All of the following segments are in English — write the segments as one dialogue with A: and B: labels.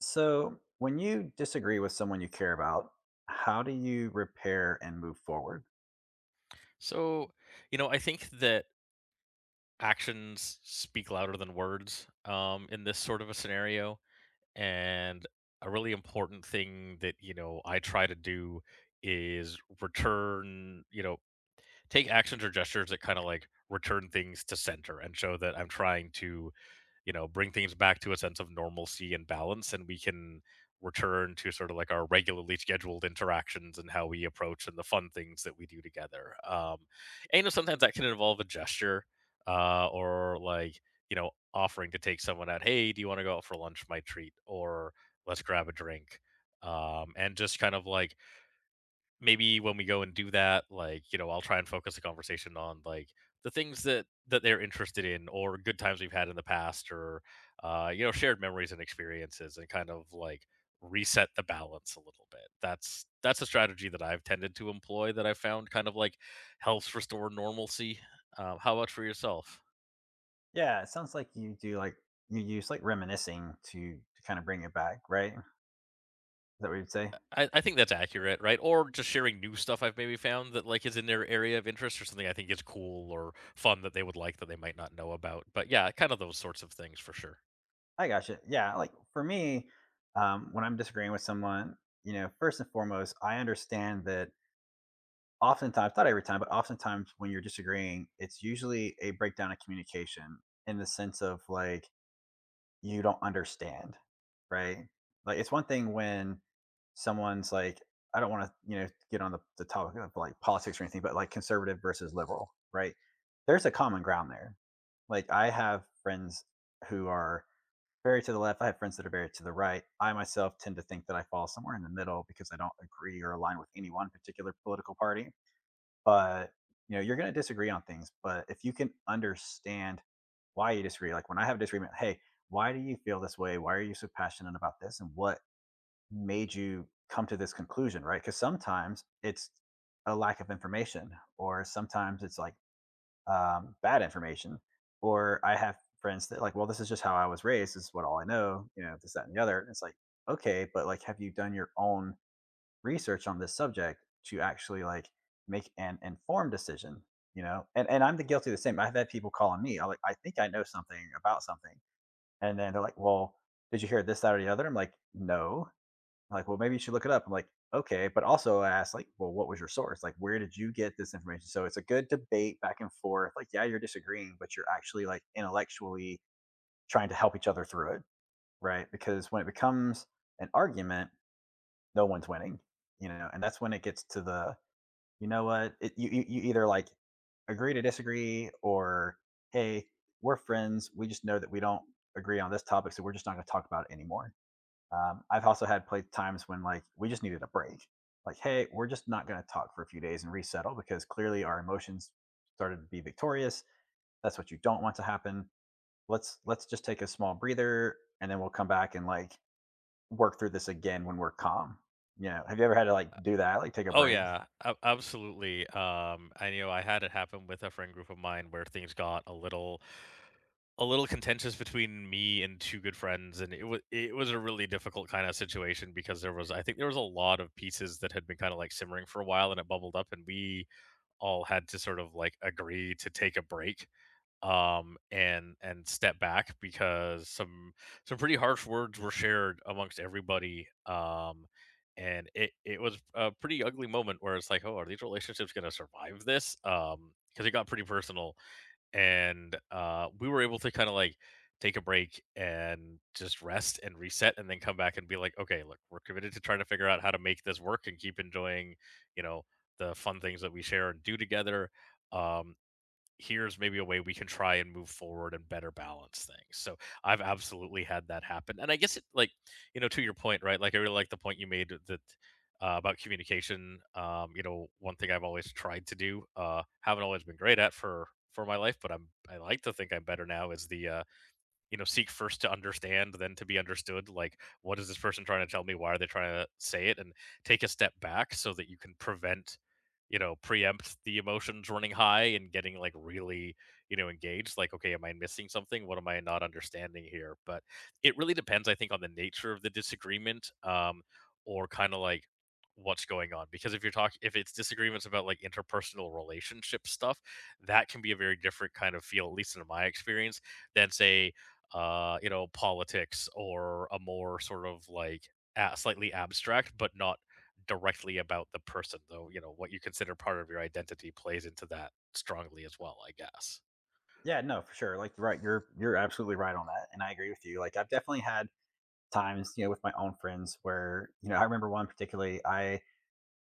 A: So, when you disagree with someone you care about, how do you repair and move forward?
B: So, I think that actions speak louder than words, in this sort of a scenario. And a really important thing that, you know, I try to do is return, you know, take actions or gestures that kind of like return things to center and show that I'm trying to, you know, bring things back to a sense of normalcy and balance, and we can return to sort of like our regularly scheduled interactions and how we approach and the fun things that we do together. And you know, sometimes that can involve a gesture or like, you know, offering to take someone out. Hey, do you want to go out for lunch, my treat? Or let's grab a drink. And just kind of like, maybe when we go and do that, like, you know, I'll try and focus the conversation on like the things that they're interested in, or good times we've had in the past, or you know, shared memories and experiences, and kind of like reset the balance a little bit. That's a strategy that I've tended to employ that I found kind of like helps restore normalcy. How about for yourself?
A: Yeah, it sounds like you do like you use like reminiscing to kind of bring it back, right? Is that what you'd say?
B: I think that's accurate, right? Or just sharing new stuff I've maybe found that like is in their area of interest, or something I think is cool or fun that they would like, that they might not know about. But yeah, kind of those sorts of things for sure.
A: I gotcha. Yeah, like for me, when I'm disagreeing with someone, you know, first and foremost, I understand that oftentimes, not every time, but oftentimes when you're disagreeing, it's usually a breakdown of communication in the sense of like you don't understand, right? Like, it's one thing when someone's like, I don't want to, you know, get on the topic of like politics or anything, but like conservative versus liberal, right? There's a common ground there. Like, I have friends who are very to the left. I have friends that are very to the right. I myself tend to think that I fall somewhere in the middle because I don't agree or align with any one particular political party. But, you know, you're gonna disagree on things, but if you can understand why you disagree, like when I have a disagreement, hey, why do you feel this way? Why are you so passionate about this? And what made you come to this conclusion, right? Because sometimes it's a lack of information, or sometimes it's like bad information, or I have friends that like, well, this is just how I was raised. This is what all I know. You know, this, that, and the other. And it's like, okay, but like, have you done your own research on this subject to actually like make an informed decision, you know. And I'm the guilty of the same. I've had people call on me. I like, I think I know something about something, and then they're like, well, did you hear this, that, or the other? I'm like, no. They're like, well, maybe you should look it up. I'm like, okay, but also I asked like, well, what was your source? Like, where did you get this information? So it's a good debate back and forth. Like, yeah, you're disagreeing, but you're actually like intellectually trying to help each other through it, right? Because when it becomes an argument, no one's winning, you know. And that's when it gets to the, you know what? It, you either like agree to disagree, or hey, we're friends. We just know that we don't agree on this topic, so we're just not going to talk about it anymore. I've also had play times when like we just needed a break. Like, hey, we're just not going to talk for a few days and resettle because clearly our emotions started to be victorious. That's what you don't want to happen. Let's just take a small breather and then we'll come back and like work through this again when we're calm. You know, have you ever had to like do that, like take a
B: Oh
A: break?
B: yeah, absolutely. I know I had it happen with a friend group of mine where things got a little contentious between me and two good friends, and it was a really difficult kind of situation, because there was, I think there was a lot of pieces that had been kind of like simmering for a while, and it bubbled up, and we all had to sort of like agree to take a break, and step back, because some pretty harsh words were shared amongst everybody. And it was a pretty ugly moment where it's like, oh, are these relationships going to survive this? Because it got pretty personal, and we were able to kind of like take a break and just rest and reset, and then come back and be like, okay, look, we're committed to trying to figure out how to make this work and keep enjoying, you know, the fun things that we share and do together. um Here's maybe a way we can try and move forward and better balance things. So I've absolutely had that happen. And I guess it like, you know, to your point, right? Like I really like the point you made that about communication. You know, one thing I've always tried to do, haven't always been great at for my life, but I like to think I'm better now, is the you know, seek first to understand, then to be understood. Like, what is this person trying to tell me? Why are they trying to say it? And take a step back so that you can prevent, you know, preempt the emotions running high and getting like really, you know, engaged. Like, okay, am I missing something? What am I not understanding here? But it really depends, I think, on the nature of the disagreement. Or kind of like, what's going on? Because if you're talking if it's disagreements about like interpersonal relationship stuff, that can be a very different kind of feel, at least in my experience, than say you know, politics, or a more sort of like a slightly abstract, but not directly about the person, though, you know, what you consider part of your identity plays into that strongly as well, I guess.
A: Yeah, no, for sure. Like, right, you're absolutely right on that, and I agree with you. Like, I've definitely had times, you know, with my own friends where, you know, I remember one particularly. I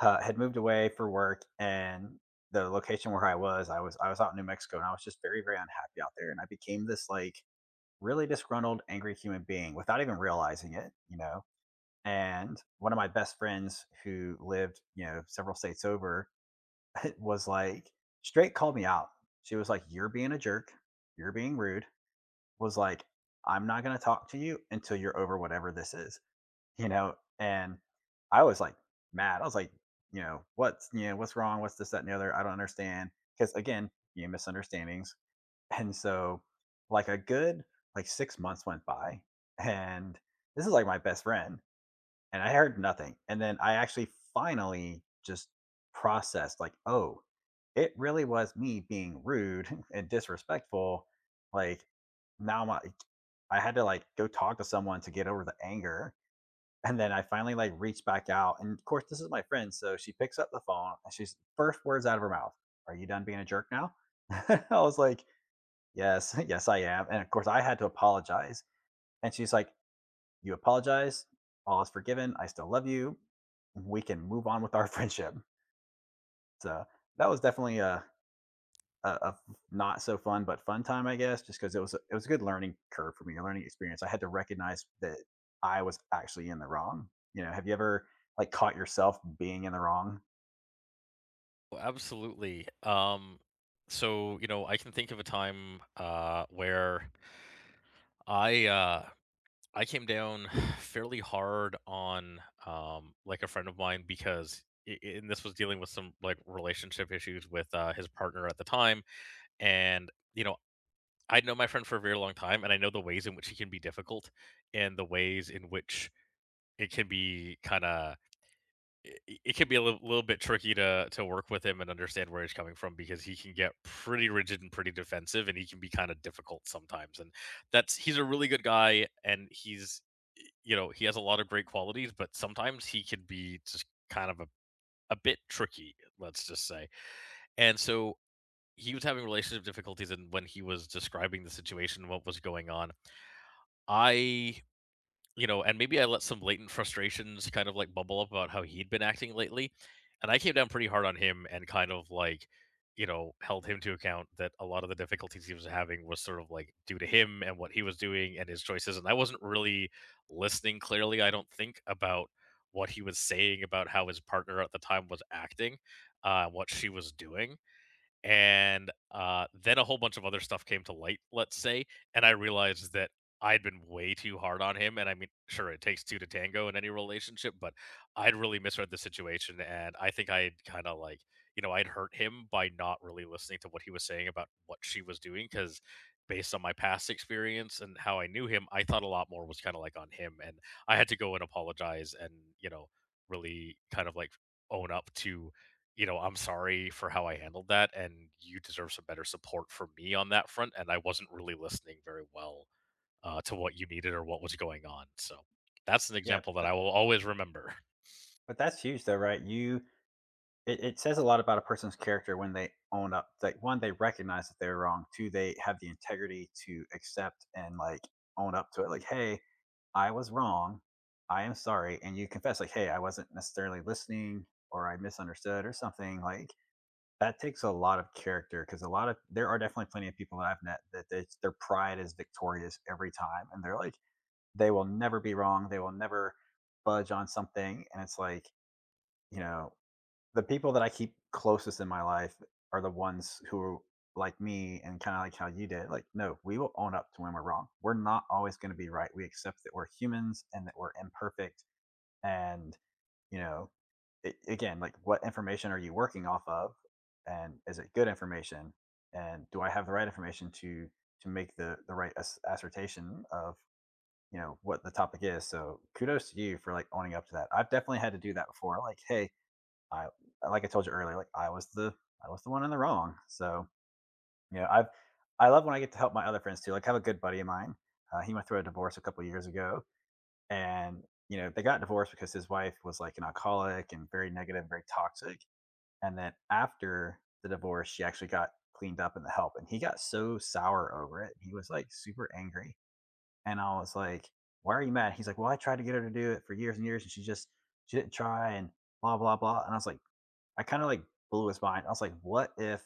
A: had moved away for work, and the location where I was, I was out in New Mexico, and I was just very very unhappy out there, and I became this like really disgruntled, angry human being without even realizing it, you know. And one of my best friends who lived, you know, several states over, was like straight called me out. She was like, "You're being a jerk. You're being rude." Was like, "I'm not gonna talk to you until you're over whatever this is," you know? And I was like mad. I was like, you know, what's, you know, what's wrong? What's this, that, and the other? I don't understand. Because again, you know, misunderstandings. And so like a good like 6 months went by, and this is like my best friend. And I heard nothing, and then I actually finally just processed like, "Oh, it really was me being rude and disrespectful." Like, now my, I had to, like, go talk to someone to get over the anger, and then I finally, like, reached back out, and of course, this is my friend, so she picks up the phone, and she's first words out of her mouth, "Are you done being a jerk now?" I was like, "Yes, yes, I am," and of course, I had to apologize, and she's like, you apologize. All is forgiven. I still love you. We can move on with our friendship. So that was definitely a not so fun but fun time, I guess, just because it was a good learning curve for me, a learning experience. I had to recognize that I was actually in the wrong. You know, have you ever like caught yourself being in the wrong?
B: Well, absolutely. So, you know, I can think of a time where I uh, I came down fairly hard on, like, a friend of mine because I- and this was dealing with some like relationship issues with his partner at the time. And you know, I know my friend for a very long time, and I know the ways in which he can be difficult, and the ways in which it can be kind of it, it can be little bit tricky to work with him and understand where he's coming from, because he can get pretty rigid and pretty defensive, and he can be kind of difficult sometimes. And that's he's a really good guy, and he's, you know, he has a lot of great qualities, but sometimes he can be just kind of a bit tricky, let's just say. And so he was having relationship difficulties, and when he was describing the situation, what was going on, I, you know, and maybe I let some latent frustrations kind of like bubble up about how he'd been acting lately. And I came down pretty hard on him, and kind of like, you know, held him to account that a lot of the difficulties he was having was sort of like due to him and what he was doing and his choices. And I wasn't really listening clearly, I don't think, about what he was saying about how his partner at the time was acting, what she was doing. And Then a whole bunch of other stuff came to light, let's say, and I realized that I'd been way too hard on him. And I mean, sure, it takes two to tango in any relationship, but I'd really misread the situation, and I think I'd kind of like, you know, I'd hurt him by not really listening to what he was saying about what she was doing, because based on my past experience and how I knew him, I thought a lot more was kind of like on him. And I had to go and apologize, and you know, really kind of like own up to, you know, I'm sorry for how I handled that, and you deserve some better support from me on that front. And I wasn't really listening very well, to what you needed or what was going on. So that's an
A: Yeah,
B: example
A: but
B: that I will always remember.
A: but that's huge though, right? You, it says a lot about a person's character when they own up. Like, one, they recognize that they're wrong. Two, they have the integrity to accept and like own up to it. Like, hey, I was wrong. I am sorry. And you confess, like, hey, I wasn't necessarily listening or I misunderstood or something. Like, that takes a lot of character because a lot of, there are definitely plenty of people that I've met that they, their pride is victorious every time. And they're like, they will never be wrong. They will never budge on something. And it's like, you know, the people that I keep closest in my life are the ones who are like me and kind of like how you did. Like, no, we will own up to when we're wrong. We're not always going to be right. We accept that we're humans and that we're imperfect. And, you know, it, again, like what information are you working off of? And is it good information? And do I have the right information to make the right assertion of, you know, what the topic is? So kudos to you for like owning up to that. I've definitely had to do that before. Like, hey, I, like I told you earlier, like I was the one in the wrong. So you know, I've, I love when I get to help my other friends too. Like I have a good buddy of mine. He went through a divorce a couple of years ago, and you know they got divorced because his wife was like an alcoholic and very negative, very toxic. And then after the divorce, she actually got cleaned up in the help, and he got so sour over it. He was like super angry, and I was like, "Why are you mad?" He's like, "Well, I tried to get her to do it for years and years, and she just, she didn't try." And blah blah blah. And I was like, I kinda, like, blew his mind. I was like, "What if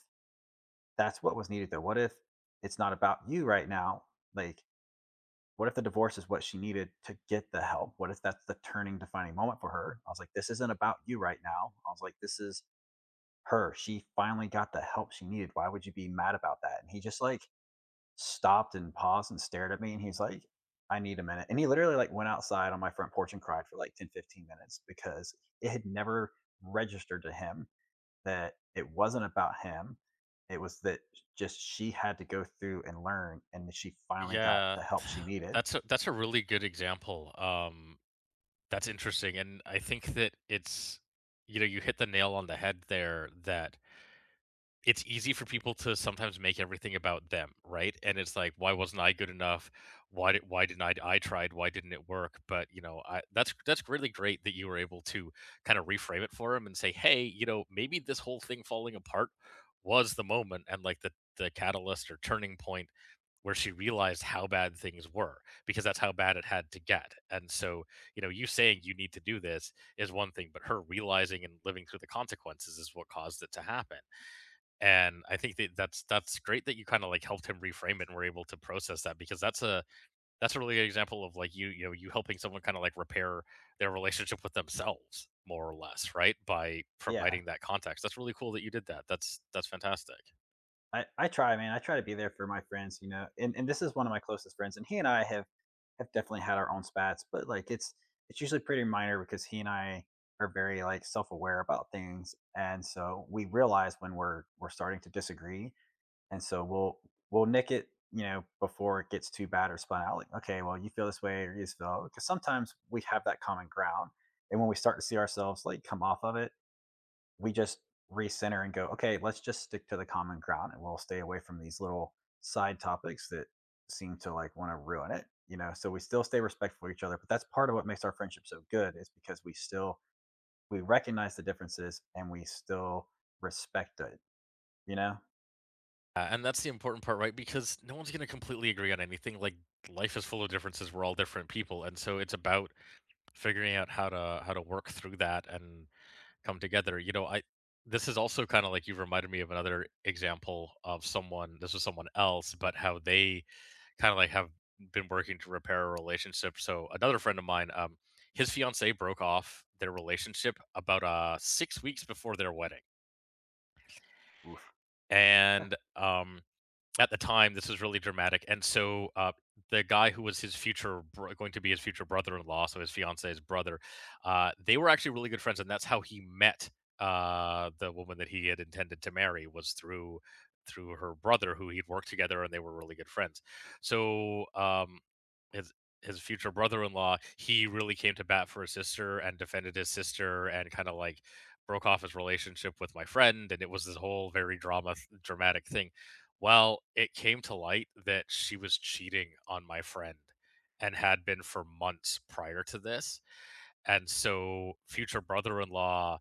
A: that's what was needed, though? What if it's not about you right now? Like, what if the divorce is what she needed to get the help? What if that's the turning defining moment for her?" I was like, "This isn't about you right now." I was like, "This is her. She finally got the help she needed. Why would you be mad about that?" And he just, like, stopped and paused and stared at me, and he's like, "I need a minute." And he literally, like, went outside on my front porch and cried for, like, 10, 15 minutes because it had never registered to him that it wasn't about him. It was that just she had to go through and learn, and she finally got
B: Yeah,
A: the help she needed.
B: that's a really good example. That's interesting, and I think that it's, you know, you hit the nail on the head there, that it's easy for people to sometimes make everything about them, right? And it's like, why wasn't I good enough? Why didn't I tried? Why didn't it work? But you know, I that's really great that you were able to kind of reframe it for him and say, hey, you know, maybe this whole thing falling apart was the moment, and like the catalyst or turning point where she realized how bad things were, because that's how bad it had to get. And so, you know, you saying you need to do this is one thing, but her realizing and living through the consequences is what caused it to happen. And I think that that's great that you kinda, like, helped him reframe it and were able to process that, because that's a really good example of, like, you know, you helping someone kinda, like, repair their relationship with themselves more or less, right? By
A: Yeah,
B: providing that context. That's really cool that you did that. That's fantastic.
A: I try, man. I try to be there for my friends, you know. And this is one of my closest friends, and he and I have definitely had our own spats, but like it's usually pretty minor because he and I are very like self aware about things, and so we realize when we're starting to disagree. And so we'll nick it, you know, before it gets too bad or spun out. Like, okay, well, you feel this way or you just feel, because sometimes we have that common ground. And when we start to see ourselves like come off of it, we just recenter and go, okay, let's just stick to the common ground and we'll stay away from these little side topics that seem to like want to ruin it. You know, so we still stay respectful of each other, but that's part of what makes our friendship so good is because we still, we recognize the differences and we still respect it, you know?
B: And that's the important part, right? Because no one's gonna completely agree on anything. Like, life is full of differences, we're all different people, and so it's about figuring out how to work through that and come together. You know, I this is also kind of like, you've reminded me of another example of someone. This was someone else, but how they kind of like have been working to repair a relationship. So another friend of mine, his fiance broke off their relationship about 6 weeks before their wedding,
A: Oof.
B: and at the time, this is really dramatic. And so the guy who was his future, going to be his future brother-in-law, so his fiance's brother, they were actually really good friends, and that's how he met, the woman that he had intended to marry was through her brother, who he'd worked together, and they were really good friends. So his future brother-in-law, he really came to bat for his sister and defended his sister, and kind of like broke off his relationship with my friend, and it was this whole very dramatic thing. Well, it came to light that she was cheating on my friend, and had been for months prior to this. And so future brother-in-law,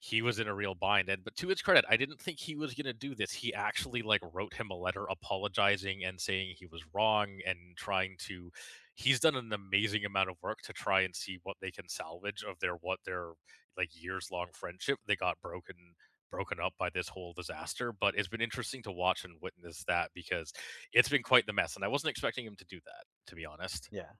B: he was in a real bind. And but to his credit, I didn't think he was gonna do this. He actually like wrote him a letter apologizing and saying he was wrong, and trying to, he's done an amazing amount of work to try and see what they can salvage of their, what their like years long friendship. They got broken up by this whole disaster. But it's been interesting to watch and witness that, because it's been quite the mess. And I wasn't expecting him to do that, to be honest.
A: Yeah.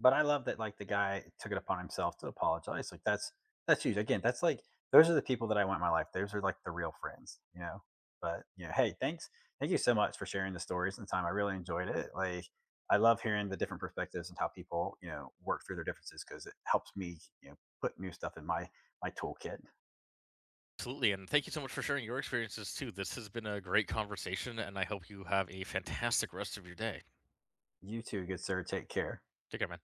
A: But I love that like the guy took it upon himself to apologize. Like that's huge. Again, that's like, those are the people that I want in my life. Those are like the real friends, you know. But you know, hey, thanks, thank you so much for sharing the stories and the time. I really enjoyed it. Like, I love hearing the different perspectives and how people you know work through their differences because it helps me, you know, put new stuff in my toolkit.
B: Absolutely, and thank you so much for sharing your experiences too. This has been a great conversation, and I hope you have a fantastic rest of your day.
A: You too, good sir. Take care.
B: Take care, man.